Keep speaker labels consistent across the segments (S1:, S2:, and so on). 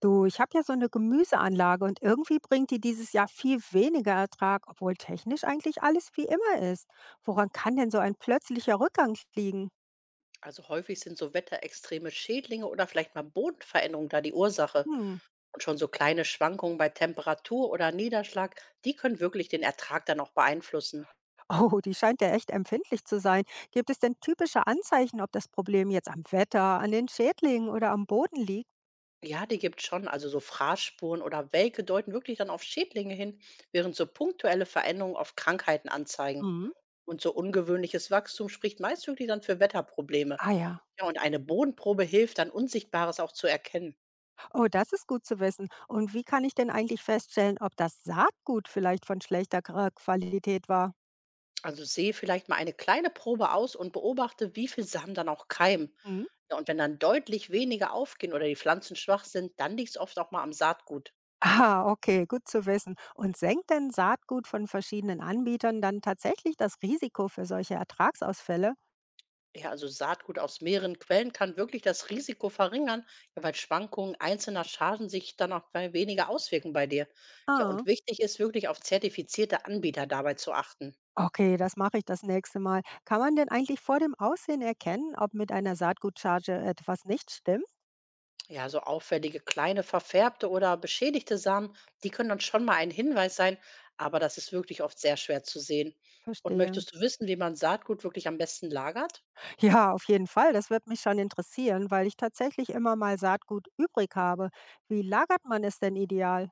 S1: Du, ich habe ja so eine Gemüseanlage und irgendwie bringt die dieses Jahr viel weniger Ertrag, obwohl technisch eigentlich alles wie immer ist. Woran kann denn so ein plötzlicher Rückgang liegen?
S2: Also häufig sind so wetterextreme Schädlinge oder vielleicht mal Bodenveränderungen da die Ursache.
S1: Hm.
S2: Und schon so kleine Schwankungen bei Temperatur oder Niederschlag, die können wirklich den Ertrag dann auch beeinflussen.
S1: Oh, die scheint ja echt empfindlich zu sein. Gibt es denn typische Anzeichen, ob das Problem jetzt am Wetter, an den Schädlingen oder am Boden liegt?
S2: Ja, die gibt schon, also so Fraßspuren oder Welke deuten wirklich dann auf Schädlinge hin, während so punktuelle Veränderungen auf Krankheiten anzeigen.
S1: Mhm.
S2: Und so ungewöhnliches Wachstum spricht meist wirklich dann für Wetterprobleme.
S1: Ah ja,
S2: Ja, und eine Bodenprobe hilft dann, Unsichtbares auch zu erkennen.
S1: oh, das ist gut zu wissen. Und wie kann ich denn eigentlich feststellen, ob das Saatgut vielleicht von schlechter Qualität war?
S2: Also sehe vielleicht mal eine kleine Probe aus und beobachte, wie viel Samen dann auch keimen.
S1: Hm?
S2: Ja, und wenn dann deutlich weniger aufgehen oder die Pflanzen schwach sind, dann liegt es oft auch mal am Saatgut.
S1: Ah, okay, gut zu wissen. Und senkt denn Saatgut von verschiedenen Anbietern dann tatsächlich das Risiko für solche Ertragsausfälle?
S2: Ja, also Saatgut aus mehreren Quellen kann wirklich das Risiko verringern, ja, weil Schwankungen einzelner Chargen sich dann auch bei weniger auswirken bei dir. Ja, und
S1: Ah,
S2: wichtig ist wirklich auf zertifizierte Anbieter dabei zu achten.
S1: okay, das mache ich das nächste Mal. Kann man denn eigentlich vor dem Aussehen erkennen, ob mit einer Saatgutcharge etwas nicht stimmt?
S2: Ja, so auffällige kleine verfärbte oder beschädigte Samen, die können dann schon mal ein Hinweis sein, aber das ist wirklich oft sehr schwer zu sehen. Und
S1: Verstehe.
S2: möchtest du wissen, wie man Saatgut wirklich am besten lagert?
S1: Ja, auf jeden Fall. Das wird mich schon interessieren, weil ich tatsächlich immer mal Saatgut übrig habe. Wie lagert man es denn ideal?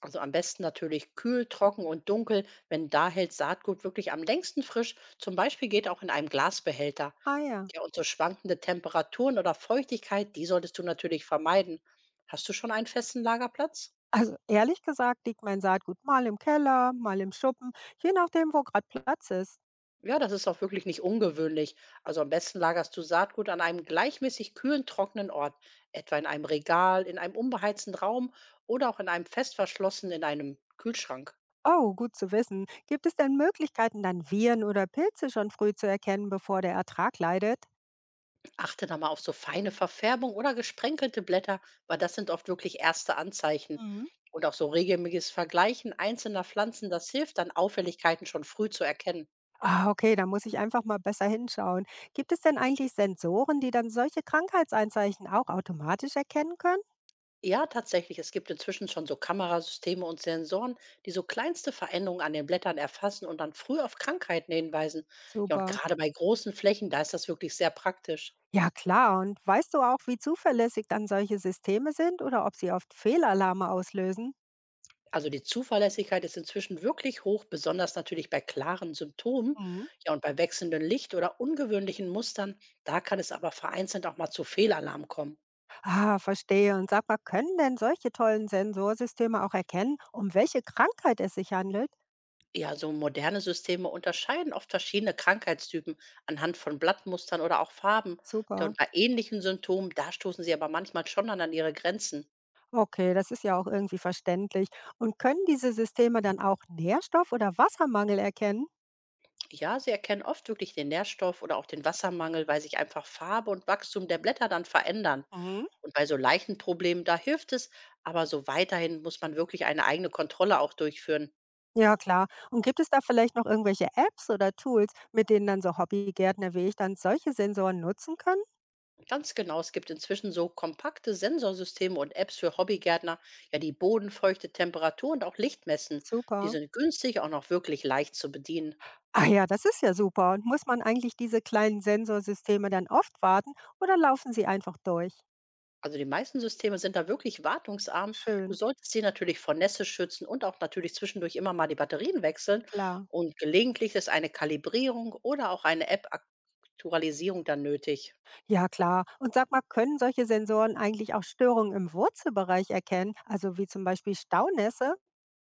S2: Also am besten natürlich kühl, trocken und dunkel, wenn da hält Saatgut wirklich am längsten frisch. Zum Beispiel geht auch in einem Glasbehälter.
S1: Ah ja.
S2: Ja, und so schwankende Temperaturen oder Feuchtigkeit, die solltest du natürlich vermeiden. Hast du schon einen festen Lagerplatz?
S1: Also ehrlich gesagt liegt mein Saatgut mal im Keller, mal im Schuppen, je nachdem, wo gerade Platz ist.
S2: Ja, das ist auch wirklich nicht ungewöhnlich. Also am besten lagerst du Saatgut an einem gleichmäßig kühlen, trockenen Ort, etwa in einem Regal, in einem unbeheizten Raum oder auch in einem fest verschlossenen in einem Kühlschrank.
S1: Oh, gut zu wissen. Gibt es denn Möglichkeiten, dann Viren oder Pilze schon früh zu erkennen, bevor der Ertrag leidet?
S2: Achte da mal auf so feine Verfärbung oder gesprenkelte Blätter, weil das sind oft wirklich erste Anzeichen.
S1: Mhm.
S2: Und auch so regelmäßiges Vergleichen einzelner Pflanzen, das hilft dann Auffälligkeiten schon früh zu erkennen.
S1: Ah, okay, da muss ich einfach mal besser hinschauen. Gibt es denn eigentlich Sensoren, die dann solche Krankheitseinzeichen auch automatisch erkennen können?
S2: Ja, tatsächlich. Es gibt inzwischen schon so Kamerasysteme und Sensoren, die so kleinste Veränderungen an den Blättern erfassen und dann früh auf Krankheiten hinweisen. Ja, und
S1: Super.
S2: gerade bei großen Flächen, da ist das wirklich sehr praktisch.
S1: Ja, klar. Und weißt du auch, wie zuverlässig dann solche Systeme sind oder ob sie oft Fehlalarme auslösen?
S2: Also die Zuverlässigkeit ist inzwischen wirklich hoch, besonders natürlich bei klaren Symptomen.
S1: Mhm.
S2: Ja, und bei wechselndem Licht oder ungewöhnlichen Mustern, da kann es aber vereinzelt auch mal zu Fehlalarm kommen.
S1: Ah, verstehe. Und sag mal, können denn solche tollen Sensorsysteme auch erkennen, um welche Krankheit es sich handelt?
S2: Ja, so moderne Systeme unterscheiden oft verschiedene Krankheitstypen anhand von Blattmustern oder auch Farben. Ja,
S1: Super.
S2: und bei ähnlichen Symptomen, da stoßen sie aber manchmal schon dann an ihre Grenzen.
S1: Okay, das ist ja auch irgendwie verständlich. Und können diese Systeme dann auch Nährstoff- oder Wassermangel erkennen?
S2: Ja, sie erkennen oft wirklich den Nährstoff oder auch den Wassermangel, weil sich einfach Farbe und Wachstum der Blätter dann verändern.
S1: Mhm.
S2: Und bei so leichten Problemen, da hilft es, aber so weiterhin muss man wirklich eine eigene Kontrolle auch durchführen.
S1: Ja, klar. Und gibt es da vielleicht noch irgendwelche Apps oder Tools, mit denen dann so Hobbygärtner wie ich dann solche Sensoren nutzen können?
S2: Ganz genau, es gibt inzwischen so kompakte Sensorsysteme und Apps für Hobbygärtner, ja, die Bodenfeuchte, Temperatur und auch Licht messen. Die
S1: Super.
S2: sind günstig, auch noch wirklich leicht zu bedienen.
S1: Ah ja, das ist ja super. Und muss man eigentlich diese kleinen Sensorsysteme dann oft warten oder laufen sie einfach durch?
S2: Also die meisten Systeme sind da wirklich wartungsarm. Du
S1: Schön,
S2: solltest sie natürlich vor Nässe schützen und auch natürlich zwischendurch immer mal die Batterien wechseln.
S1: klar.
S2: Und gelegentlich ist eine Kalibrierung oder auch eine App-Aktualisierung dann nötig.
S1: Ja, klar. Und sag mal, können solche Sensoren eigentlich auch Störungen im Wurzelbereich erkennen? Also wie zum Beispiel Staunässe?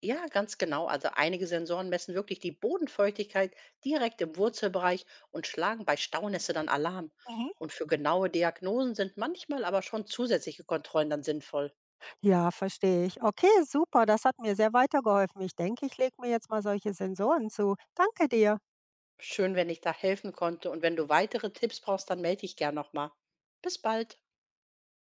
S2: Ja, ganz genau. Also einige Sensoren messen wirklich die Bodenfeuchtigkeit direkt im Wurzelbereich und schlagen bei Staunässe dann Alarm.
S1: Mhm.
S2: Und für genaue Diagnosen sind manchmal aber schon zusätzliche Kontrollen dann sinnvoll.
S1: Ja, verstehe ich. Okay, super, das hat mir sehr weitergeholfen. Ich denke, ich lege mir jetzt mal solche Sensoren zu. Danke dir.
S2: Schön, wenn ich da helfen konnte. Und wenn du weitere Tipps brauchst, dann melde dich gern nochmal. Bis bald.